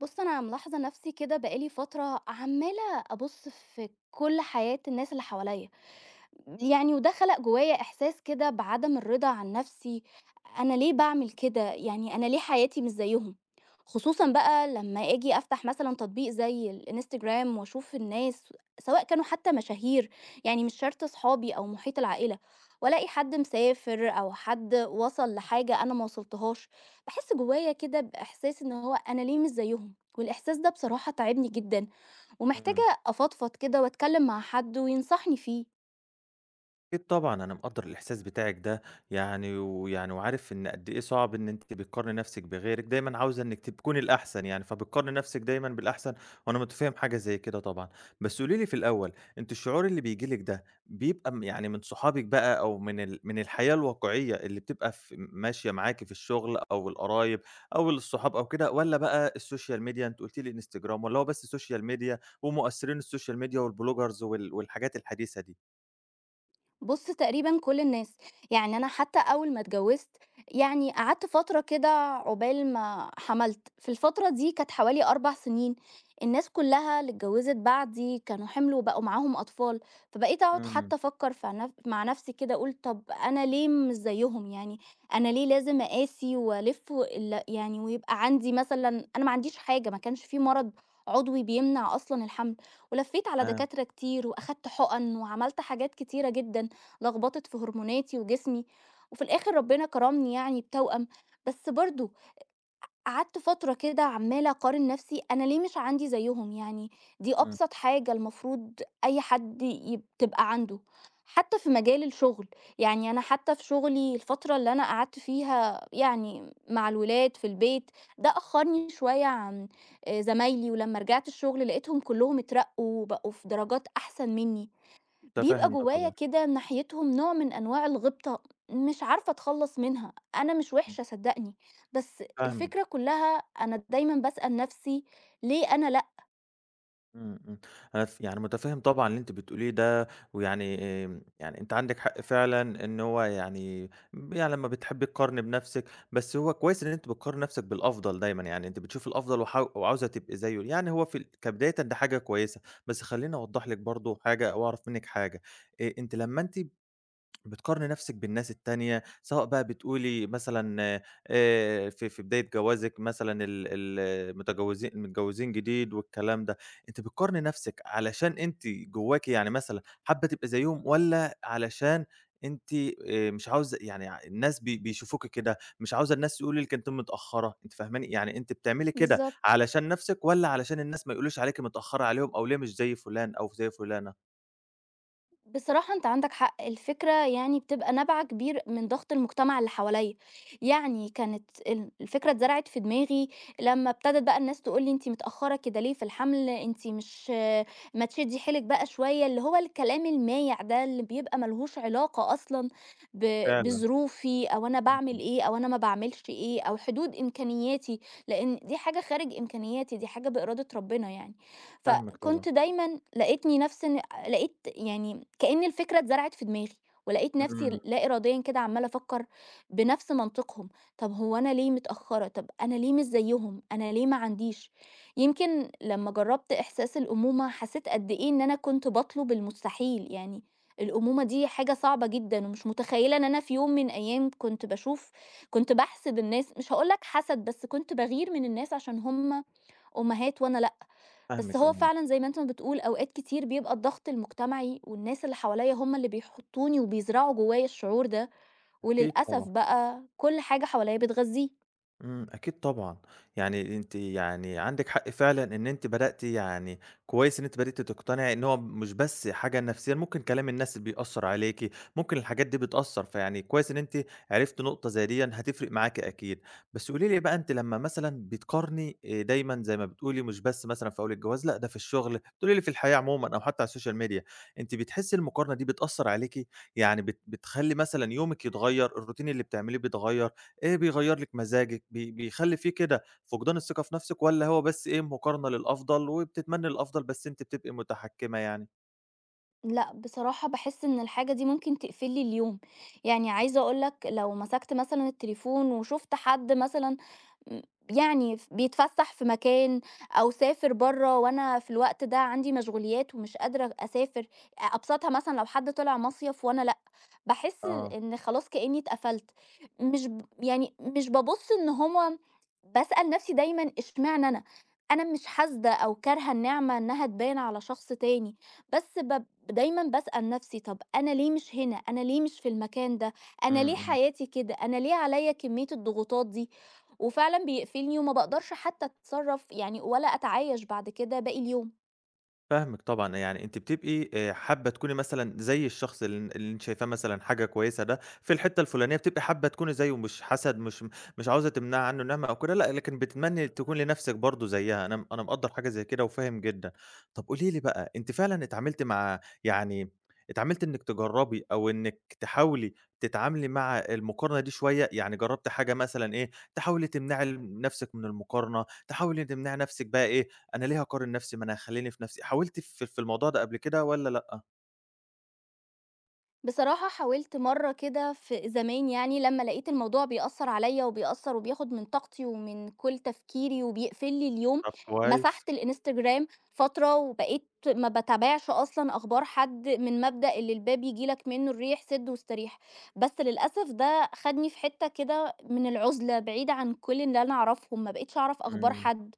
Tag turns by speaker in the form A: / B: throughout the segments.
A: بُص، أنا ملاحظة نفسي كده بقى لي فترة عمّالة أبُص في كل حياة الناس اللي حواليّا. يعني وده خلق جوايا إحساس كده بعدم الرضا عن نفسي، أنا ليه باعمل كده؟ يعني أنا ليه حياتي مش زيهم؟ خصوصًا بقى لما آجي أفتح مثلًا تطبيق زي الإنستجرام وأشوف الناس سواء كانوا حتى مشاهير، يعني مش شرط صحابي أو محيط العائلة، وألاقي حد مسافر أو حد وصل لحاجة أنا ما وصلتهاش، باحس جوايا كده بإحساس إن هو أنا ليه مش زيهم؟ والإحساس ده بصراحة تاعبني جدًا،
B: إمم.
A: ومحتاجة أفضفض كده وأتكلم مع حد وينصحني فيه.
B: أكيد طبعًا، أنا مقدّر الإحساس بتاعِك ده، يعني وعارف إن قد إيه صعب إن أنتِ بتقارني نفسِك بغيرِك، دايمًا عاوزة إنِّك تكوني الأحسن يعني، فبتقارني نفسِك دايمًا بالأحسن، وأنا متفهّم حاجة زي كده طبعًا. بس قولي لي في الأول، أنتِ الشعور اللي بييجي لِك ده بيبقى م يعني من صحابِك بقى أو من الحياة الواقعية اللي بتبقى ماشية معاكِ في الشغل أو القرايب أو الصحاب أو كده، والّا بقى السوشيال ميديا؟ أنتِ قُلتِ لي إنستجرام، والّا هو بس سوشيال ميديا ومؤثّرين السوشيال ميديا والبلوجرز والحاجات الحديثة دي؟
A: بُص تقريبًا كل الناس، يعني أنا حتى أول ما اتجوزت، يعني قعدت فترة كده عقبال ما حَمَلت، في الفترة دي كانت حوالي 4 سنين، الناس كلّها اللي اتجوزت بعدي كانوا حِملوا وبقوا معاهم أطفال، فبقيت أقعد
B: إمم.
A: حتى أفكّر في مع نفسي كده أقول طَب أنا ليه مش زيّهم يعني، أنا ليه لازم أقاسي وألِف و- ال يعني ويبقى عندي مثلًا أنا ما عنديش حاجة، ما كانش في مرض عضوي بيمنع أصلًا الحَمْل، ولفّيت على
B: تمام.
A: دكاترة كتير وأخدت حُقَن وعملت حاجات كتيرة جدًا، لخبطت في هرموناتي وجسمي وفي الآخر ربنا كرمني يعني بتوأم. بس برضه قعدت فترة كده عمالة أقارن نفسي، أنا ليه مش عندي زيهم يعني؟ دي
B: إمم.
A: أبسط حاجة المفروض أي حد تبقى عنده، حتى في مجال الشغل. يعني أنا حتى في شغلي الفترة اللي أنا قعدت فيها يعني مع الولاد في البيت، ده أخرني شوية عن زمايلي، ولما رجعت الشغل لقيتهم كلهم اترقوا وبقوا في درجات أحسن مني. بيبقى
B: متفهم ده
A: جوايا
B: طبعًا.
A: كده ناحيتهم نوع من أنواع الغِبطة، مش عارفة أتخلّص منها، أنا مش
B: إمم.
A: وِحشة صدّقني، بس
B: فاهمِك.
A: الفكرة كُلّها أنا دايمًا باسأل نَفْسي ليه أنا لأ؟
B: إمم. إمم. أنا ف يعني متفهم طبعًا اللي أنتِ بتقوليه ده، ويعني آمم، يعني أنتِ عندِك حق فعلًا إن هو يعني ب يعني لمّا بتحبي تقارني بنفسِك، بس هو كويس إن أنتِ بتقارني نفسِك بالأفضل دايمًا، يعني أنتِ بتشوفي الأفضل وعاوزة تبقي زيه، يعني هو في ال كبدايةً ده حاجة كويسة، بس خلّيني أوضّح لِك برضه حاجة أو أعرف منِّك حاجة. أنتِ بتقارني نفسِك بالناس التانية، سواء بقى بتقولي مثلًا في بداية جوازِك مثلًا ال ال المتجوزين جديد والكلام ده، أنتِ بتقارني نفسِك علشان أنتِ جواكِ يعني مثلًا حابة تبقي زيّهم والّا علشان أنتِ مش عاوزة يعني ع الناس بيشوفوكِ كده، مش عاوزة الناس يقولوا لِك أنتِ متأخّرة، أنتِ فاهماني؟ يعني أنتِ بتعملي كده
A: بالضبط.
B: علشان نفسِك والّا علشان الناس ما يقولوش عليكِ متأخّرة عليهم أو ليه مش زي فُلان أو زي فُلانة؟
A: بصراحة أنت عندك حق، الفكرة يعني بتبقى نابعة كبير من ضغط المجتمع اللي حواليّا، يعني كانت الفكرة اتزرعت في دماغي لمّا ابتدت بقى الناس تقول لي: "أنتِ متأخرة كده ليه في الحمل، أنتِ مش ما تشدّي حيلِك بقى شوية." اللي هو الكلام المايع ده اللي بيبقى ما لهوش علاقة أصلًا ب
B: فعلًا.
A: بظروفي أو أنا باعمل
B: إمم.
A: إيه أو أنا ما باعملش إيه أو حدود إمكانياتي، لإن دي حاجة خارج إمكانياتي، دي حاجة بإرادة ربنا يعني.
B: فاهمِك طبعًا.
A: فكنت دايمًا لقيتني نفسي إن لقيت يعني كأن الفكرة اتزرعت في دماغي، ولقيت
B: إمم.
A: نفسي لا إراديًا كده عمّالة أفكّر بنفس منطقهم، طب هو أنا ليه متأخّرة، طب أنا ليه مش زيّهم، أنا ليه ما عنديش؟ يمكن لمّا جرّبت إحساس الأمومة حسيت قد إيه إن أنا كنت باطلب المستحيل، يعني الأمومة دي حاجة صعبة جدًا ومش متخيّلة إن أنا في يوم من الأيام كنت باشوف، كنت باحسد الناس، مش هاقول لك حسد، بس كنت باغير من الناس عشان هم أمهات وأنا لأ. بس
B: فاهمِك
A: هو
B: آه.
A: فعلًا زي ما أنت ما بتقول أوقات كتير بيبقى الضغط المجتمعي والناس اللي حواليّا هم اللي بيحطّوني وبيزرعوا جوّايا الشعور ده،
B: أكيد. طبعًا.
A: وللأسف بقى كل حاجة حواليّا بتغذّيه.
B: إمم. أكيد طبعًا. يعني أنتِ يعني عندِك حق فعلًا إن أنتِ بدأتِ يعني كويس إن أنتِ بدأتِ تقتنعي إن هو مش بس حاجة نفسيًا، ممكن كلام الناس بيأثّر عليكِ، ممكن الحاجات دي بتأثّر، فيعني كويس إن أنتِ عرفتِ نقطة زي ديًا هتفرق معاكِ أكيد. بس قولي لي بقى أنتِ لمّا مثلًا بتقارني، دايمًا زي ما بتقولي مش بس مثلًا في أول الجواز، لأ ده في الشغل، بتقولي لي في الحياة عمومًا أو حتى على السوشيال ميديا، أنتِ بتحسّي المقارنة دي بتأثّر عليكِ؟ يعني بتخلّي مثلًا يومِك يتغيّر، الروتين اللي بتعمليه بيتغيّر؟ إيه بيغيّر لِك مزاجِك، بيخلّي في كده فقدان الثقة في نفسِك والّا هو بس إيه مقارنة للأفضل وبتتمنّي الأفضل بس أنتِ بتبقي متحكّمة يعني؟
A: لأ، بصراحة باحس إن الحاجة دي ممكن تقفل لي اليوم. يعني عايزة أقول لك لو مسكت مثلًا التليفون وشُفت حد مثلًا م يعني بيتفسّح في مكان أو سافر برّه وأنا في الوقت ده عندي مشغوليات ومش قادرة أسافر، أبسطها مثلًا لو حد طلع مصيف وأنا باحس
B: آه.
A: إن خلاص كإنّي اتقفلت، مش ب يعني مش بابُص إن هو، باسأل نَفْسي دايمًا إشمعنى أنا؟ أنا مش حاسدة أو كارهة النعمة إنّها تبان على شخص تاني، بس دايمًا باسأل نَفْسي طَب أنا ليه مش هنا، أنا ليه مش في المكان ده، أنا
B: إمم.
A: ليه
B: إمم.
A: حياتي كده، أنا ليه عليّا كمية الضغوطات دي؟ وفعلًا بيقفلني وما باقدرش حتّى أتصرّف يعني ولا أتعايش بعد كده باقي اليوم.
B: فاهمِك طبعًا، يعني أنتِ بتبقي حابة تكوني مثلًا زي الشخص اللي أنتِ شايفاه مثلًا حاجة كويسة ده في الحتة الفلانية، بتبقي حابة تكوني زيه، مش حسد، مش عاوزة تمنعي عنه نعمة أو كده، لأ، لكن بتتمني تكوني لنفسِك برضه زيها. أنا مقدّر حاجة زي كده وفاهم جدًا. طب قولي لي بقى، أنتِ فعلًا اتعاملتِ مع يعني اتعاملتِ إنِّك تجرّبي أو إنِّك تحاولي تتعاملي مع المقارنة دي شوية؟ يعني جرّبتِ حاجة مثلًا إيه، تحاولي تمنعي نفسِك من المقارنة، تحاولي تمنعي نفسِك بقى إيه، أنا ليه هاقارن نفسي، ما أنا خلّيني في نفسي، حاولتِ في الموضوع ده قبل كده والّا لأ؟
A: بصراحة حاولت مرة كده في زمان يعني لما لقيت الموضوع بيأثر عليا وبيأثر وبياخد من طاقتي ومن كل تفكيري وبيقفل لي اليوم،
B: طب كويس.
A: مسحت الانستجرام فترة وبقيت ما بتابعش أصلا أخبار حد من مبدأ اللي الباب يجيلك منه الريح سد واستريح. بس للأسف ده خدني في حتة كده من العزلة بعيدة عن كل اللي أنا أعرفهم، ما بقيتش أعرف أخبار
B: إمم.
A: حد،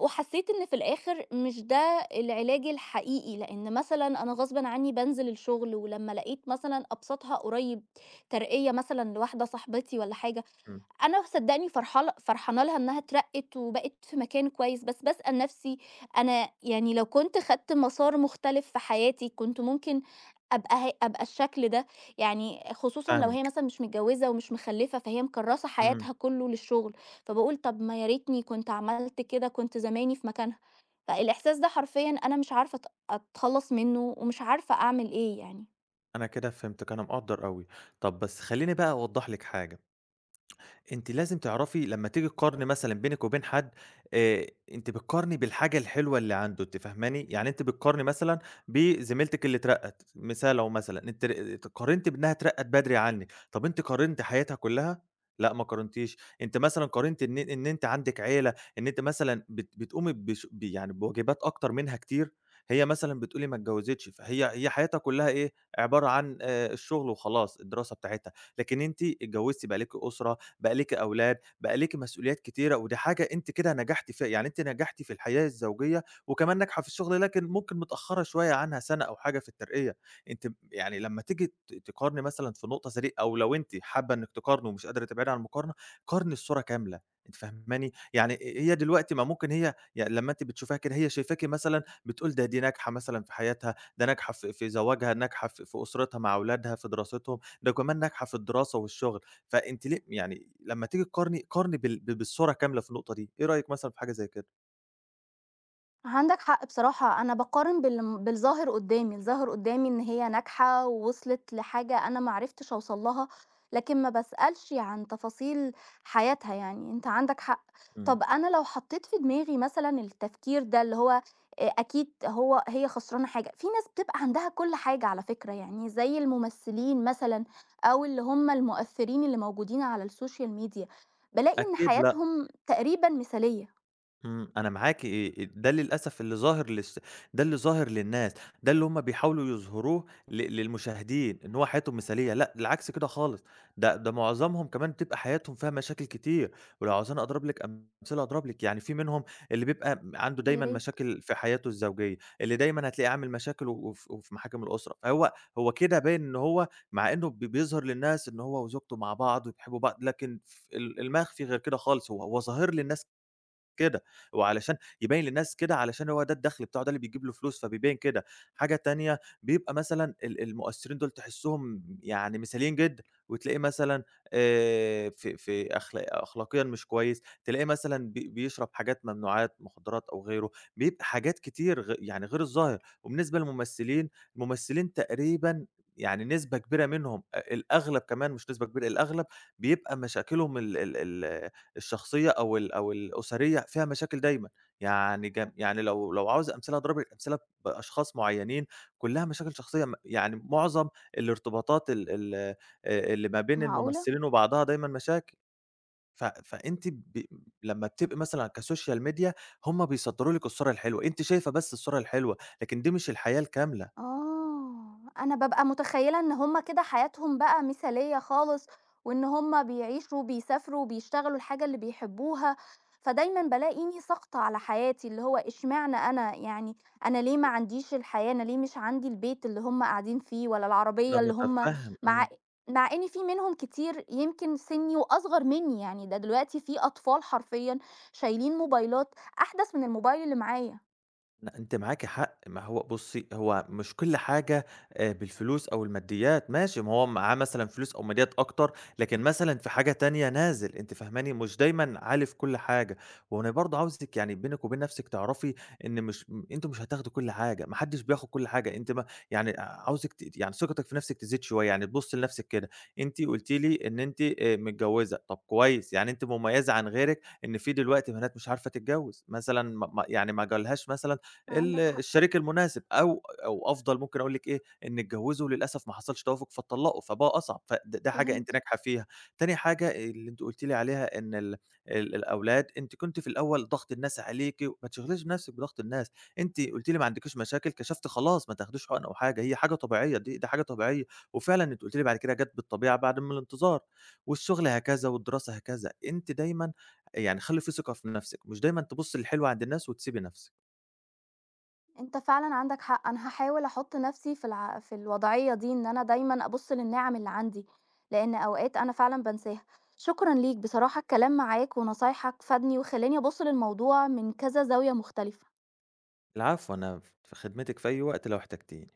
A: وحسيت إن في الآخر مش ده العلاج الحقيقي، لإن مثلًا أنا غصبًا عنّي بانزل الشغل، ولمّا لقيت مثلًا أبسطها قريب ترقية مثلًا لواحدة صاحبتي والّا حاجة،
B: إمم.
A: أنا صدّقني فرحانة لها إنها اترقِّت وبقت في مكان كويس، بس باسأل نَفْسي أنا يعني لو كنت خدت مسار مختلف في حياتي، كنت ممكن أبقى الشكل ده، يعني خصوصًا لو هي
B: فاهمِك.
A: مثلًا مش متجوّزة ومش مخلّفة، فهي مكرّسة
B: إمم.
A: حياتها كُلّه للشُغل، فباقول طَب ما يا ريتني كنت عملت كده، كنت زماني في مكانها، فالإحساس ده حرفيًا أنا مش عارفة أتخلّص منّه ومش عارفة أعمل إيه يعني.
B: أنا كده فهمتِك، أنا مقدّر أوي. طب بس خلّيني بقى أوضّح لِك حاجة، أنتِ لازم تعرفي لمّا تيجي تقارني مثلًا بينِك وبين حد، أنتِ بتقارني بالحاجة الحلوة اللي عنده، أنتِ فاهماني؟ يعني أنتِ بتقارني مثلًا بزميلتِك اللي اترقّت، مثال أهو مثلًا، أنتِ قارنتِ بإنها اترقّت بدري عنِك، طَب أنتِ قارنتِ حياتها كلّها؟ لأ ما قارنتيش، أنتِ مثلًا قارنتِ إن أنتِ عندِك عيلة، إن أنتِ مثلًا بتقومي بش ب يعني بواجبات أكتر منها كتير، هي مثلًا بتقولي ما اتجوّزتش، هي حياتها كلّها إيه، عبارة عن الشغل وخلاص، الدراسة بتاعتها، لكن أنتِ اتجوّزتِ بقى ليكِ أسرة، بقى ليكِ أولاد، بقى ليكِ مسؤوليات كتيرة، ودي حاجة أنتِ كده نجحتِ فيها، يعني أنتِ نجحتِ في الحياة الزوجية وكمان ناجحة في الشغل، لكن ممكن متأخرة شوية عنها سَنة أو حاجة في الترقية، أنتِ يعني لمّا تيجي تقارني مثلًا في النقطة زي دي أو لو أنتِ حابة إنِّك تقارني ومش قادرة تبعدي عن المقارنة، قارني الصورة كاملة، أنتِ فاهماني؟ يعني هي دلوقتي ما ممكن هي يعني لمّا أنتِ بتشوفيها كده هي شايفاكِ مثلًا بتقول دي ناجحة مثلًا في حياتها، ده ناجحة في زواجها، ناجحة في أسرتها مع أولادها، في دراستهم، ده كمان ناجحة في الدراسة والشغل. فأنتِ ليه يعني لمّا تيجي تقارني، قارني بالصورة كاملة في النقطة دي، إيه رأيِك مثلًا في حاجة زي كده؟
A: عندك حق بصراحة، أنا باقارن بالظاهر قدّامي، الظاهر قدّامي إن هي ناجحة ووصلت لحاجة أنا ما عرفتش أوصل لها، لكن ما باسألش عن تفاصيل حياتها يعني، أنت عندك حق.
B: إمم.
A: طب أنا لو حطيت في دماغي مثلًا التفكير ده اللي هو أكيد هي خسرانة حاجة، في ناس بتبقى عندها كل حاجة على فكرة، يعني زي الممثلين مثلًا أو اللي هم المؤثرين اللي موجودين على السوشيال ميديا، بالاقي إن
B: أكيد.
A: حياتهم تقريبًا مثالية.
B: إمم، أنا معاكِ. ده للأسف اللي ظاهر للس ده اللي ظاهر للناس، ده اللي هُم بيحاولوا يظهروه للمشاهدين، إن هو حياتهم مثالية، لأ العكس كده خالص، ده معظمهم كمان بتبقى حياتهم فيها مشاكل كتير، ولو عاوزاني أضرب لِك أمثلة أضرب لِك، يعني في منهم اللي بيبقى عنده
A: يا
B: دايمًا
A: ريت،
B: مشاكل في حياته الزوجية، اللي دايمًا هتلاقيه عامل مشاكل و وف وفي محاكم الأسرة، هو كده باين إن هو مع إنه بيظهر للناس إن هو وزوجته مع بعض وبيحبوا بعض، لكن ف ال المخفي غير كده خالص، هو ظاهر للناس كده، وعلشان يبيّن للناس كده علشان هو ده الدخل بتاعه، ده اللي بيجيب له فلوس، فبيبيّن كده. حاجة تانية، بيبقى مثلًا المؤثرين دول تحسّهم يعني مثاليين جدًا، وتلاقيه مثلًا في أخلاقيًا مش كويس، تلاقيه مثلًا بيشرب حاجات ممنوعات، مخدرات أو غيره، بيبقى حاجات كتير غ يعني غير الظاهر. وبالنسبة للممثلين، الممثلين تقريبًا يعني نسبة كبيرة منهم، الأغلب كمان مش نسبة كبيرة، الأغلب بيبقى مشاكلهم ال ال ال الشخصية أو الأسرية فيها مشاكل دايمًا، يعني جم يعني لو لو عاوز أمثلة أضرب لِك أمثلة بأشخاص معينين كلها مشاكل شخصية م يعني معظم الارتباطات ال ال اللي ما بين
A: معقولة!
B: الممثلين وبعضها دايمًا مشاكل، ف فأنتِ ب لمّا بتبقي مثلًا كسوشيال ميديا هم بيصدّروا لِك الصورة الحلوة، أنتِ شايفة بس الصورة الحلوة، لكن دي مش الحياة الكاملة.
A: آه، أنا بابقى متخيلة إن هُم كده حياتهم بقى مثالية خالص، وإن هُم بيعيشوا، بيسافروا، وبيشتغلوا الحاجة اللي بيحبوها، فدايمًا بالاقيني ساقطة على حياتي، اللي هو إشمعنى أنا؟ يعني أنا ليه ما عنديش الحياة، أنا ليه مش عندي البيت اللي هُم قاعدين فيه، ولا
B: أنا
A: العربية اللي هُم
B: متفهم.
A: مع
B: إمم.
A: مع إن في منهم كتير يمكن سني وأصغر مني، يعني ده دلوقتي في أطفال حرفيًا شايلين موبايلات أحدث من الموبايل اللي معايا.
B: لأ، أنتِ معاكِ حق، ما هو بُصّي، هو مش كل حاجة بالفلوس أو الماديات، ماشي، ما هو معاه مثلًا فلوس أو ماديات أكتر، لكن مثلًا في حاجة تانية نازل، أنتِ فاهماني؟ مش دايمًا عالي في كل حاجة، وأنا برضه عاوزِك يعني بينِك وبين نَفْسِك تعرفي إن مش أنتم مش هتاخدوا كل حاجة، ما حدّش بياخد كل حاجة، أنتِ ما يعني عاوزِك ت يعني ثقتِك في نَفْسِك تزيد شوية، يعني تبُصّي لنَفْسِك كده، أنتِ قُلتِ لي إن أنتِ متجوّزة، طَب كويس، يعني أنتِ مميّزة عن غيرِك إن في دلوقتي بنات مش عارفة تتجوّز، مثلًا ما جالهاش مثلًا
A: عندك حق،
B: الشريك المناسب، أو أفضل ممكن أقول لِك إيه، إن اتجوّزوا وللأسف ما حصلش توافق فاتطلّقوا، فبقى أصعب، ده حاجة أنتِ
A: فهمت.
B: ناجحة فيها. تاني حاجة اللي أنتِ قُلتِ لي عليها إن ال ال الأولاد أنتِ كنتِ في الأول ضغط الناس عليكِ، وما تشغليش نَفْسِك بضغط الناس، أنتِ قُلتِ لي ما عندكيش مشاكل، كشفتِ خلاص ما تاخديش حُقن أو حاجة، هي حاجة طبيعية، دي ده حاجة طبيعية، وفعلًا أنتِ قُلتِ لي بعد كده جات بالطبيعة بعد ما الانتظار، والشغل هكذا والدراسة هكذا، أنتِ دايمًا يعني خلّي في ثقة في نَفْسِك، مش دايمًا تبُصّي للحلو عند الناس وتسيبي نَفْسِك.
A: أنت فعلًا عندك حق، أنا هاحاول أحُط نَفْسي في الوضعية دي، إن أنا دايمًا أبُص للنِّعَم اللي عندي، لإن أوقات أنا فعلًا بانساها. شكرًا ليك، بصراحة الكلام معاك ونصايحك فادني وخلّاني أبُص للموضوع من كذا زاوية مختلفة.
B: العفو أنا في خدمتِك في أي وقت لو احتجتيني.